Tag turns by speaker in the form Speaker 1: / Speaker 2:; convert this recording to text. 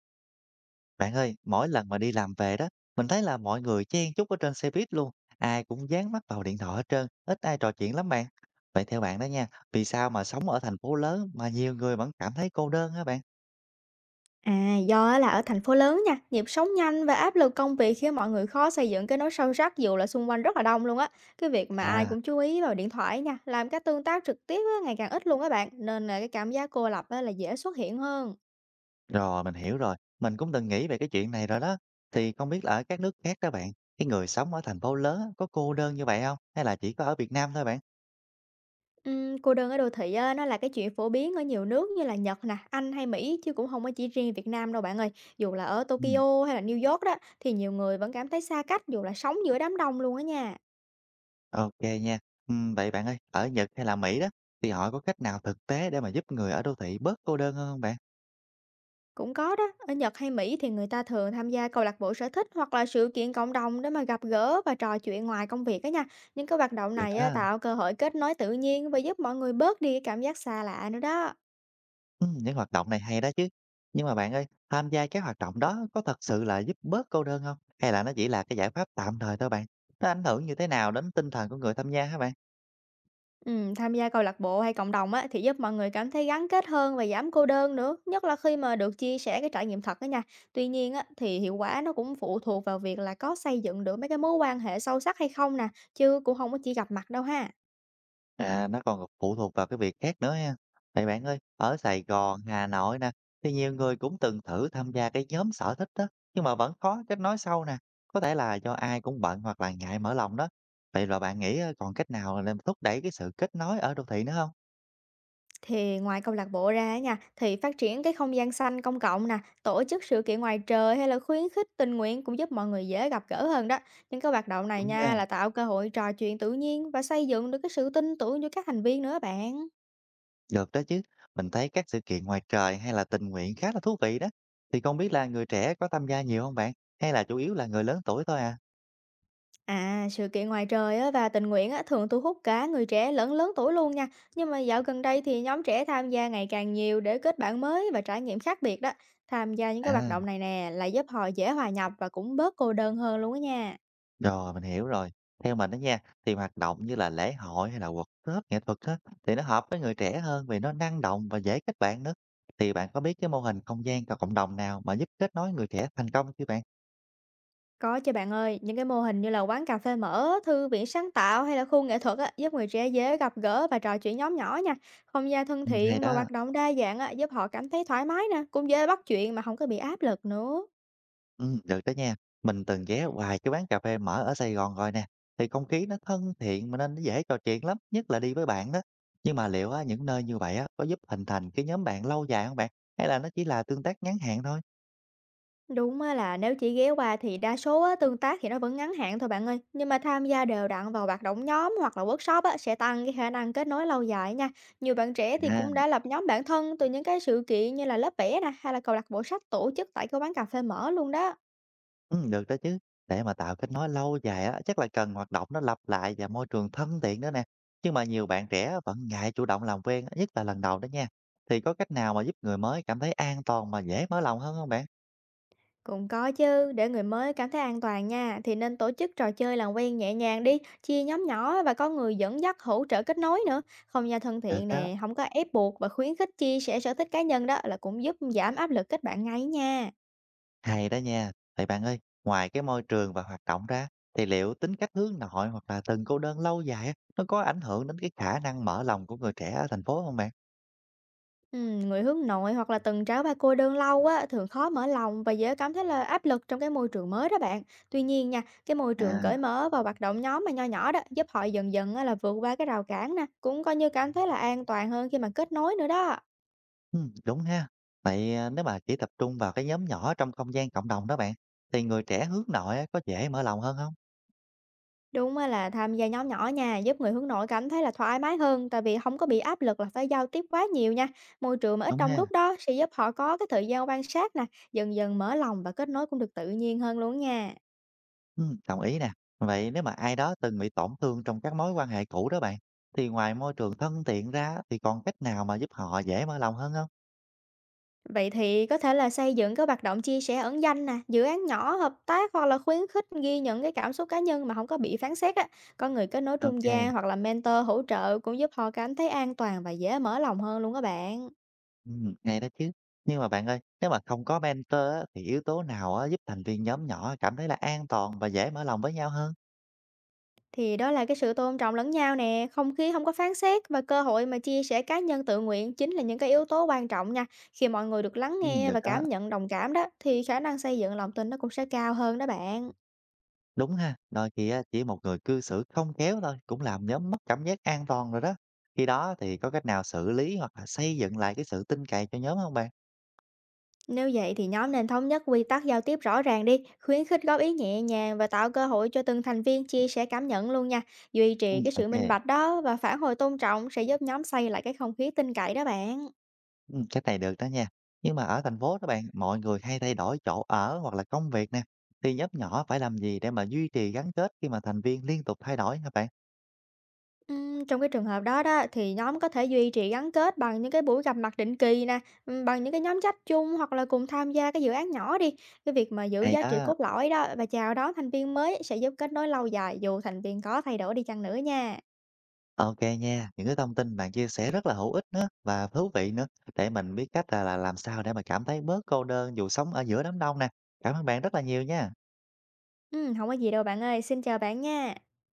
Speaker 1: Bạn ơi, mỗi lần mà đi làm về đó, mình thấy là mọi người chen chúc ở trên xe buýt luôn, ai cũng dán mắt vào điện thoại hết trơn, ít ai trò chuyện lắm bạn. Vậy theo bạn đó nha, vì sao mà sống ở thành phố lớn mà nhiều người vẫn cảm thấy cô đơn hả bạn?
Speaker 2: À, do á là ở thành phố lớn nha, nhịp sống nhanh và áp lực công việc khiến mọi người khó xây dựng kết nối sâu sắc dù là xung quanh rất là đông luôn á. Cái việc mà ai
Speaker 1: À,
Speaker 2: cũng chú ý vào điện thoại nha, làm các tương tác trực tiếp á, ngày càng ít luôn các bạn, nên là cái cảm giác cô lập á, là dễ xuất hiện hơn.
Speaker 1: rồi mình hiểu rồi, mình cũng từng nghĩ về cái chuyện này rồi đó. Thì không biết là ở các nước khác đó bạn, cái người sống ở thành phố lớn á, có cô đơn như vậy không? Hay là chỉ có ở Việt Nam thôi bạn?
Speaker 2: Cô đơn ở đô thị á, nó là cái chuyện phổ biến ở nhiều nước như là Nhật nè, Anh hay Mỹ chứ cũng không có chỉ riêng Việt Nam đâu bạn ơi. Dù là ở
Speaker 1: Ừ,
Speaker 2: Tokyo hay là New York đó, thì nhiều người vẫn cảm thấy xa cách dù là sống giữa đám đông luôn á nha.
Speaker 1: ok nha. Ừ, vậy bạn ơi, ở Nhật hay là Mỹ đó, thì họ có cách nào thực tế để mà giúp người ở đô thị bớt cô đơn hơn không bạn?
Speaker 2: Cũng có đó, ở Nhật hay Mỹ thì người ta thường tham gia câu lạc bộ sở thích hoặc là sự kiện cộng đồng để mà gặp gỡ và trò chuyện ngoài công việc đó nha. Những cái hoạt động
Speaker 1: Được
Speaker 2: này á,
Speaker 1: đó.
Speaker 2: tạo cơ hội kết nối tự nhiên và giúp mọi người bớt đi cái cảm giác xa lạ nữa đó.
Speaker 1: Những hoạt động này hay đó chứ. Nhưng mà bạn ơi, tham gia các hoạt động đó có thật sự là giúp bớt cô đơn không? Hay là nó chỉ là cái giải pháp tạm thời thôi bạn? Nó ảnh hưởng như thế nào đến tinh thần của người tham gia hả bạn?
Speaker 2: Ừ, tham gia câu lạc bộ hay cộng đồng á, thì giúp mọi người cảm thấy gắn kết hơn và giảm cô đơn nữa, nhất là khi mà được chia sẻ cái trải nghiệm thật đó nha. Tuy nhiên á, thì hiệu quả nó cũng phụ thuộc vào việc là có xây dựng được mấy cái mối quan hệ sâu sắc hay không nè, chứ cũng không có chỉ gặp mặt đâu ha.
Speaker 1: À, nó còn phụ thuộc vào cái việc khác nữa ha. Vậy bạn ơi, ở Sài Gòn, Hà Nội nè, thì nhiều người cũng từng thử tham gia cái nhóm sở thích đó, nhưng mà vẫn khó kết nối sâu nè. Có thể là do ai cũng bận hoặc là ngại mở lòng đó. Vậy là bạn nghĩ, ơ, còn cách nào để làm thúc đẩy cái sự kết nối ở đô thị nữa không?
Speaker 2: Thì ngoài câu lạc bộ ra á nha, thì phát triển cái không gian xanh công cộng nè, tổ chức sự kiện ngoài trời hay là khuyến khích tình nguyện cũng giúp mọi người dễ gặp gỡ hơn đó. Những cái hoạt động này
Speaker 1: Đúng
Speaker 2: nha,
Speaker 1: nha.
Speaker 2: là tạo cơ hội trò chuyện tự nhiên và xây dựng được cái sự tin tưởng giữa các thành viên nữa bạn.
Speaker 1: Được đó chứ, mình thấy các sự kiện ngoài trời hay là tình nguyện khá là thú vị đó. Thì không biết là người trẻ có tham gia nhiều không bạn? Hay là chủ yếu là người lớn tuổi thôi à?
Speaker 2: À, sự kiện ngoài trời á, và tình nguyện á, thường thu hút cả người trẻ lẫn lớn tuổi luôn nha. Nhưng mà dạo gần đây thì nhóm trẻ tham gia ngày càng nhiều để kết bạn mới và trải nghiệm khác biệt đó. Tham gia những cái hoạt
Speaker 1: À,
Speaker 2: động này nè, là giúp họ dễ hòa nhập và cũng bớt cô đơn hơn luôn á nha.
Speaker 1: rồi mình hiểu rồi. Theo mình đó nha, thì hoạt động như là lễ hội hay là workshop nghệ thuật á, thì nó hợp với người trẻ hơn vì nó năng động và dễ kết bạn nữa. Thì bạn có biết cái mô hình không gian và cộng đồng nào mà giúp kết nối người trẻ thành công chứ bạn?
Speaker 2: Có chứ bạn ơi, những cái mô hình như là quán cà phê mở, thư viện sáng tạo hay là khu nghệ thuật á, giúp người trẻ dễ gặp gỡ và trò chuyện nhóm nhỏ nha. Không gian thân
Speaker 1: Ừ, hay
Speaker 2: thiện và
Speaker 1: đó.
Speaker 2: hoạt động đa dạng á, giúp họ cảm thấy thoải mái nè, cũng dễ bắt chuyện mà không có bị áp lực nữa.
Speaker 1: Được đó nha. Mình từng ghé vài cái quán cà phê mở ở Sài Gòn rồi nè. Thì không khí nó thân thiện mà nên nó dễ trò chuyện lắm, nhất là đi với bạn đó. Nhưng mà liệu á, những nơi như vậy á, có giúp hình thành cái nhóm bạn lâu dài không bạn? Hay là nó chỉ là tương tác ngắn hạn thôi?
Speaker 2: Đúng á, là nếu chỉ ghé qua thì đa số á, tương tác thì nó vẫn ngắn hạn thôi bạn ơi. Nhưng mà tham gia đều đặn vào hoạt động nhóm hoặc là workshop á, sẽ tăng cái khả năng kết nối lâu dài nha. Nhiều bạn trẻ thì
Speaker 1: À,
Speaker 2: cũng đã lập nhóm bản thân từ những cái sự kiện như là lớp vẽ nè, hay là câu lạc bộ sách tổ chức tại cái quán cà phê mở luôn đó.
Speaker 1: ừ, được đó chứ. Để mà tạo kết nối lâu dài á, chắc là cần hoạt động nó lặp lại và môi trường thân thiện nữa nè. Nhưng mà nhiều bạn trẻ vẫn ngại chủ động làm quen, nhất là lần đầu đó nha. Thì có cách nào mà giúp người mới cảm thấy an toàn mà dễ mở lòng hơn không bạn?
Speaker 2: Cũng có chứ, để người mới cảm thấy an toàn nha, thì nên tổ chức trò chơi làm quen nhẹ nhàng đi, chia nhóm nhỏ và có người dẫn dắt hỗ trợ kết nối nữa. Không gian thân
Speaker 1: Được
Speaker 2: thiện
Speaker 1: đó.
Speaker 2: nè, không có ép buộc và khuyến khích chia sẻ sở thích cá nhân đó, là cũng giúp giảm áp lực kết bạn ngay nha.
Speaker 1: Hay đó nha. Vậy bạn ơi, ngoài cái môi trường và hoạt động ra, thì liệu tính cách hướng nội hoặc là từng cô đơn lâu dài á, nó có ảnh hưởng đến cái khả năng mở lòng của người trẻ ở thành phố không bạn?
Speaker 2: Ừ, người hướng nội hoặc là từng trải qua cô đơn lâu á, thường khó mở lòng và dễ cảm thấy là áp lực trong cái môi trường mới đó bạn. Tuy nhiên nha, cái môi trường cởi
Speaker 1: À,
Speaker 2: mở và hoạt động nhóm mà nho nhỏ đó, giúp họ dần dần á, là vượt qua cái rào cản nè, cũng coi như cảm thấy là an toàn hơn khi mà kết nối nữa đó.
Speaker 1: ừ, đúng ha. Vậy à, nếu mà chỉ tập trung vào cái nhóm nhỏ trong không gian cộng đồng đó bạn, thì người trẻ hướng nội á, có dễ mở lòng hơn không?
Speaker 2: Đúng á, là tham gia nhóm nhỏ nha, giúp người hướng nội cảm thấy là thoải mái hơn, tại vì không có bị áp lực là phải giao tiếp quá nhiều nha. Môi trường mà ít
Speaker 1: Đúng
Speaker 2: đông
Speaker 1: ha.
Speaker 2: đúc đó, sẽ giúp họ có cái thời gian quan sát nè, dần dần mở lòng và kết nối cũng được tự nhiên hơn luôn nha.
Speaker 1: Ừ, đồng ý nè. Vậy nếu mà ai đó từng bị tổn thương trong các mối quan hệ cũ đó bạn, thì ngoài môi trường thân thiện ra thì còn cách nào mà giúp họ dễ mở lòng hơn không?
Speaker 2: Vậy thì có thể là xây dựng các hoạt động chia sẻ ẩn danh nè, dự án nhỏ, hợp tác hoặc là khuyến khích ghi nhận cái cảm xúc cá nhân mà không có bị phán xét á. Có người kết nối trung
Speaker 1: Ok.
Speaker 2: gian hoặc là mentor hỗ trợ, cũng giúp họ cảm thấy an toàn và dễ mở lòng hơn luôn các bạn.
Speaker 1: Hay đó chứ. Nhưng mà bạn ơi, nếu mà không có mentor á, thì yếu tố nào á, giúp thành viên nhóm nhỏ cảm thấy là an toàn và dễ mở lòng với nhau hơn?
Speaker 2: Thì đó là cái sự tôn trọng lẫn nhau nè, không khí không có phán xét và cơ hội mà chia sẻ cá nhân tự nguyện, chính là những cái yếu tố quan trọng nha. Khi mọi người được lắng nghe
Speaker 1: Được
Speaker 2: và
Speaker 1: á.
Speaker 2: cảm nhận đồng cảm đó, thì khả năng xây dựng lòng tin nó cũng sẽ cao hơn đó bạn.
Speaker 1: Đúng ha, đôi khi á, chỉ một người cư xử không khéo thôi cũng làm nhóm mất cảm giác an toàn rồi đó. Khi đó thì có cách nào xử lý hoặc là xây dựng lại cái sự tin cậy cho nhóm không bạn?
Speaker 2: Nếu vậy thì nhóm nên thống nhất quy tắc giao tiếp rõ ràng đi, khuyến khích góp ý nhẹ nhàng và tạo cơ hội cho từng thành viên chia sẻ cảm nhận luôn nha. Duy trì cái sự
Speaker 1: OK,
Speaker 2: minh bạch đó và phản hồi tôn trọng, sẽ giúp nhóm xây lại cái không khí tin cậy đó bạn.
Speaker 1: cách này được đó nha. Nhưng mà ở thành phố đó bạn, mọi người hay thay đổi chỗ ở hoặc là công việc nè, thì nhóm nhỏ phải làm gì để mà duy trì gắn kết khi mà thành viên liên tục thay đổi hả bạn?
Speaker 2: Trong cái trường hợp đó đó thì nhóm có thể duy trì gắn kết bằng những cái buổi gặp mặt định kỳ nè, bằng những cái nhóm trách chung hoặc là cùng tham gia cái dự án nhỏ đi. Cái việc mà giữ
Speaker 1: Hay
Speaker 2: giá trị
Speaker 1: đó.
Speaker 2: cốt lõi đó và chào đón thành viên mới, sẽ giúp kết nối lâu dài dù thành viên có thay đổi đi chăng nữa nha.
Speaker 1: OK nha, những cái thông tin bạn chia sẻ rất là hữu ích nữa và thú vị nữa, để mình biết cách là làm sao để mà cảm thấy bớt cô đơn dù sống ở giữa đám đông nè. Cảm ơn bạn rất là nhiều nha.
Speaker 2: Không có gì đâu bạn ơi, xin chào bạn nha.